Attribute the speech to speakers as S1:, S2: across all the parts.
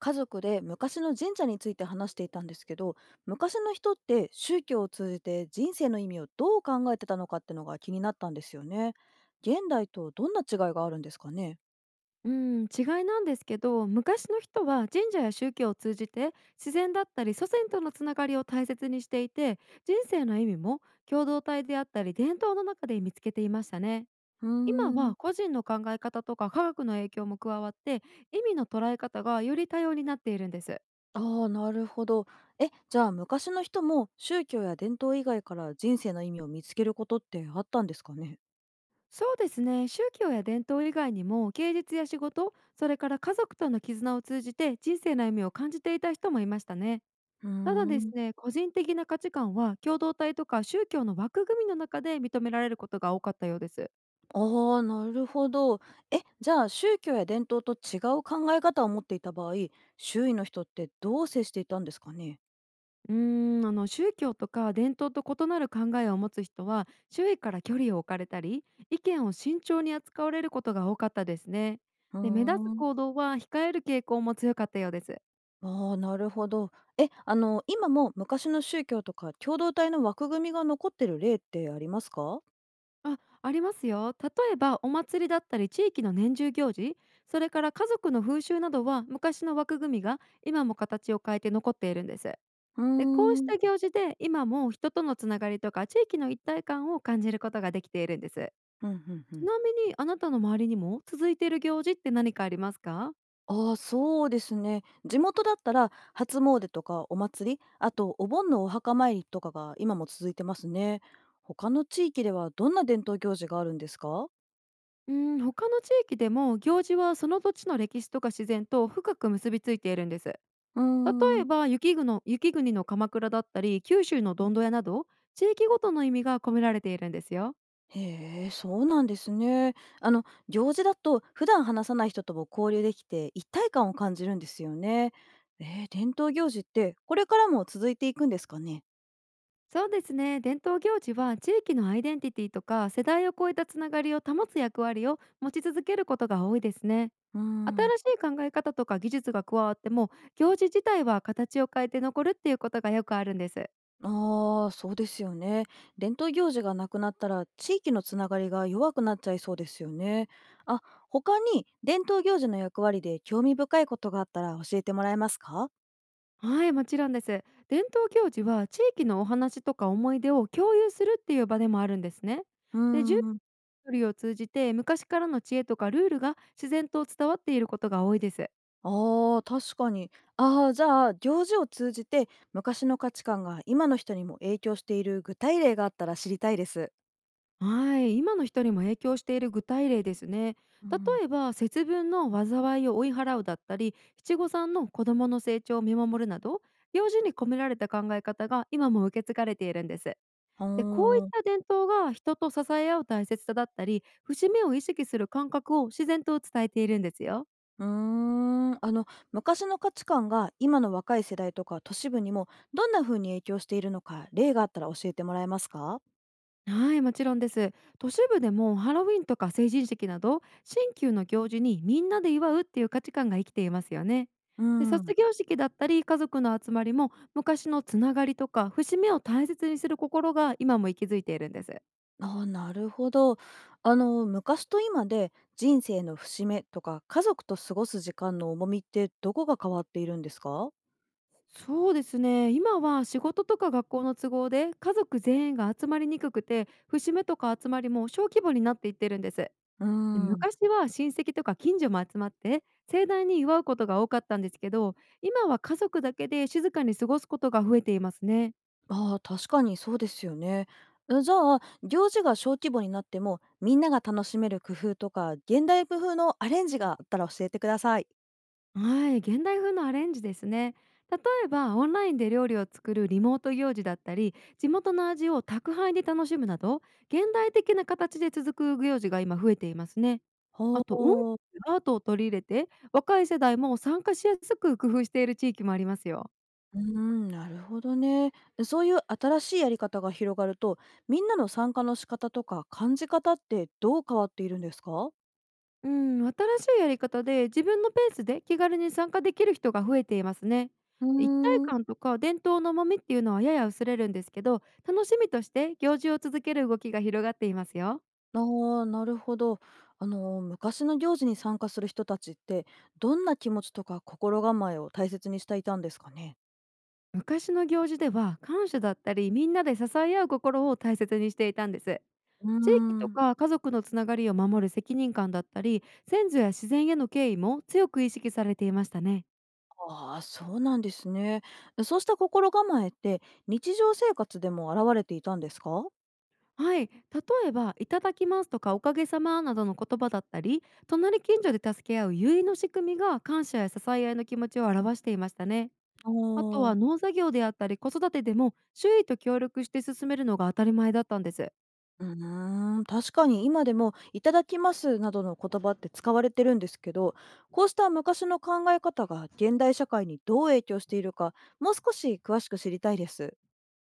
S1: 家族で昔の神社について話していたんですけど、昔の人って宗教を通じて人生の意味をどう考えてたのかってのが気になったんですよね。現代とどんな違いがあるんですかね。
S2: うん、違いなんですけど、昔の人は神社や宗教を通じて自然だったり祖先とのつながりを大切にしていて、人生の意味も共同体であったり伝統の中で見つけていましたね。
S1: うー
S2: 今
S1: ん。
S2: は個人の考え方とか科学の影響も加わって、意味の捉え方がより多様になっているんです。
S1: ああ、なるほど。じゃあ昔の人も宗教や伝統以外から人生の意味を見つけることってあったんですかね。
S2: そうですね、宗教や伝統以外にも芸術や仕事、それから家族との絆を通じて人生の意味を感じていた人もいましたね。
S1: うー
S2: ただです
S1: ん。
S2: ね、個人的な価値観は共同体とか宗教の枠組みの中で認められることが多かったようです。
S1: ああ、なるほど。じゃあ宗教や伝統と違う考え方を持っていた場合、周囲の人ってどう接していたんですかね。
S2: うーあの、宗教とか伝統と異なる考えを持つ人は周囲から距離を置かれたり、意見を慎重に扱われることが多かったですね。
S1: うー
S2: で、目立つ
S1: ん。
S2: 行動は控える傾向も強かったようです。
S1: ああ、なるほど。え、今も昔の宗教とか共同体の枠組みが残ってる例ってありますか？
S2: あ、ありますよ。例えばお祭りだったり地域の年中行事、それから家族の風習などは昔の枠組みが今も形を変えて残っているんです。
S1: うー
S2: で、こうし
S1: ん。
S2: た行事で、今も人とのつながりとか地域の一体感を感じることができているんです。
S1: うんうん。う
S2: ち
S1: ん。
S2: なみにあなたの周りにも続いている行事って何かありますか？
S1: ああ、そうですね。地元だったら初詣とかお祭り、あとお盆のお墓参りとかが今も続いてますね。他の地域ではどんな伝統行事があるんですか？
S2: うん、他の地域でも行事はその土地の歴史とか自然と深く結びついているんです。例
S1: うー
S2: え
S1: ん。
S2: ば雪国の鎌倉だったり九州のどんどやなど、地域ごとの意味が込められているんですよ。
S1: へえ、そうなんですね。あの、行事だと普段話さない人とも交流できて一体感を感じるんですよね。伝統行事ってこれからも続いていくんですかね。
S2: そうですね、伝統行事は地域のアイデンティティとか世代を超えたつながりを保つ役割を持ち続けることが多いですね。
S1: うーん。
S2: 新しい考え方とか技術が加わっても、行事自体は形を変えて残るっていうことがよくあるんです。
S1: ああ、そうですよね。伝統行事がなくなったら地域のつながりが弱くなっちゃいそうですよね。あ、他に伝統行事の役割で興味深いことがあったら教えてもらえますか？
S2: はい、もちろんです。伝統行事は地域のお話とか思い出を共有するっていう場でもあるんですね。
S1: うー
S2: で、準
S1: ん。
S2: 備を通じて昔からの知恵とかルールが自然と伝わっていることが多いです。
S1: ああ、確かに。ああ、じゃあ、行事を通じて昔の価値観が今の人にも影響している具体例があったら知りたいです。
S2: はい、今の人にも影響している具体例ですね。
S1: う
S2: 例
S1: ん。
S2: えば節分の災いを追い払うだったり、七五三の子どもの成長を見守るなど、行事に込められた考え方が今も受け継がれているんです。
S1: あ
S2: で、こういっ
S1: ー。
S2: た伝統が人と支え合う大切さだったり、節目を意識する感覚を自然と伝えているんですよ。
S1: うーん、昔の価値観が今の若い世代とか都市部にもどんな風に影響しているのか例があったら教えてもらえますか？
S2: はい、もちろんです。都市部でもハロウィンとか成人式など、新旧の行事にみんなで祝うっていう価値観が生きていますよね。
S1: う
S2: で、
S1: ん。
S2: 卒業式だったり家族の集まりも、昔のつながりとか節目を大切にする心が今も息づいているんです。
S1: あー、なるほど。昔と今で人生の節目とか家族と過ごす時間の重みってどこが変わっているんですか？
S2: そうですね、今は仕事とか学校の都合で家族全員が集まりにくくて、節目とか集まりも小規模になっていってるんです。
S1: うーん。
S2: 昔は親戚とか近所も集まって盛大に祝うことが多かったんですけど、今は家族だけで静かに過ごすことが増えていますね。
S1: ああ、確かにそうですよね。じゃあ、行事が小規模になっても、みんなが楽しめる工夫とか、現代風のアレンジがあったら教えてください。
S2: はい、現代風のアレンジですね。例えばオンラインで料理を作るリモート行事だったり、地元の味を宅配で楽しむなど、現代的な形で続く行事が今増えていますね。
S1: ほ
S2: あと音楽
S1: う。
S2: やアートを取り入れて、若い世代も参加しやすく工夫している地域もありますよ。
S1: うーん、なるほどね。そういう新しいやり方が広がると、みんなの参加の仕方とか感じ方ってどう変わっているんですか？
S2: うん、新しいやり方で自分のペースで気軽に参加できる人が増えていますね。
S1: う
S2: 一体
S1: ーん。
S2: 感とか伝統の重みっていうのはやや薄れるんですけど、楽しみとして行事を続ける動きが広がっていますよ。
S1: ああ、なるほど。昔の行事に参加する人たちって、どんな気持ちとか心構えを大切にしていたんですかね。
S2: 昔の行事では感謝だったりみんなで支え合う心を大切にしていたんです。
S1: うー
S2: 地域と
S1: ん。
S2: か家族のつながりを守る責任感だったり、先祖や自然への敬意も強く意識されていましたね。
S1: ああ、そうなんですね。そうした心構えって、日常生活でも現れていたんですか？
S2: はい、例えば「いただきます」とか「おかげさま」などの言葉だったり、隣近所で助け合う結の仕組みが感謝や支え合いの気持ちを表していましたね。
S1: あ
S2: あとは
S1: あ。
S2: 農作業であったり子育てでも、周囲と協力して進めるのが当たり前だったんです。
S1: うーん、確かに今でも「いただきます」などの言葉って使われてるんですけど、こうした昔の考え方が現代社会にどう影響しているか、もう少し詳しく知りたいです。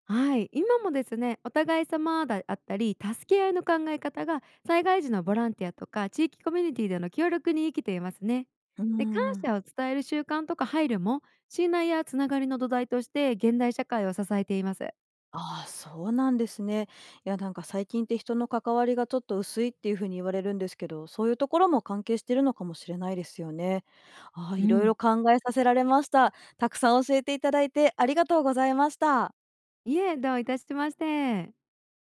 S2: はい、今もですね、お互い様だあったり助け合いの考え方が災害時のボランティアとか地域コミュニティでの協力に生きていますね。
S1: うー
S2: で、感
S1: ん。
S2: 謝を伝える習慣とか配慮も信頼やつながりの土台として現代社会を支えています。
S1: ああ、そうなんですね。いや、なんか最近って人の関わりがちょっと薄いっていう風に言われるんですけど、そういうところも関係してるのかもしれないですよね。ああ、
S2: う
S1: いろい
S2: ん。
S1: ろ考えさせられました。たくさん教えていただいてありがとうございました。
S2: いえ、どういたしまして。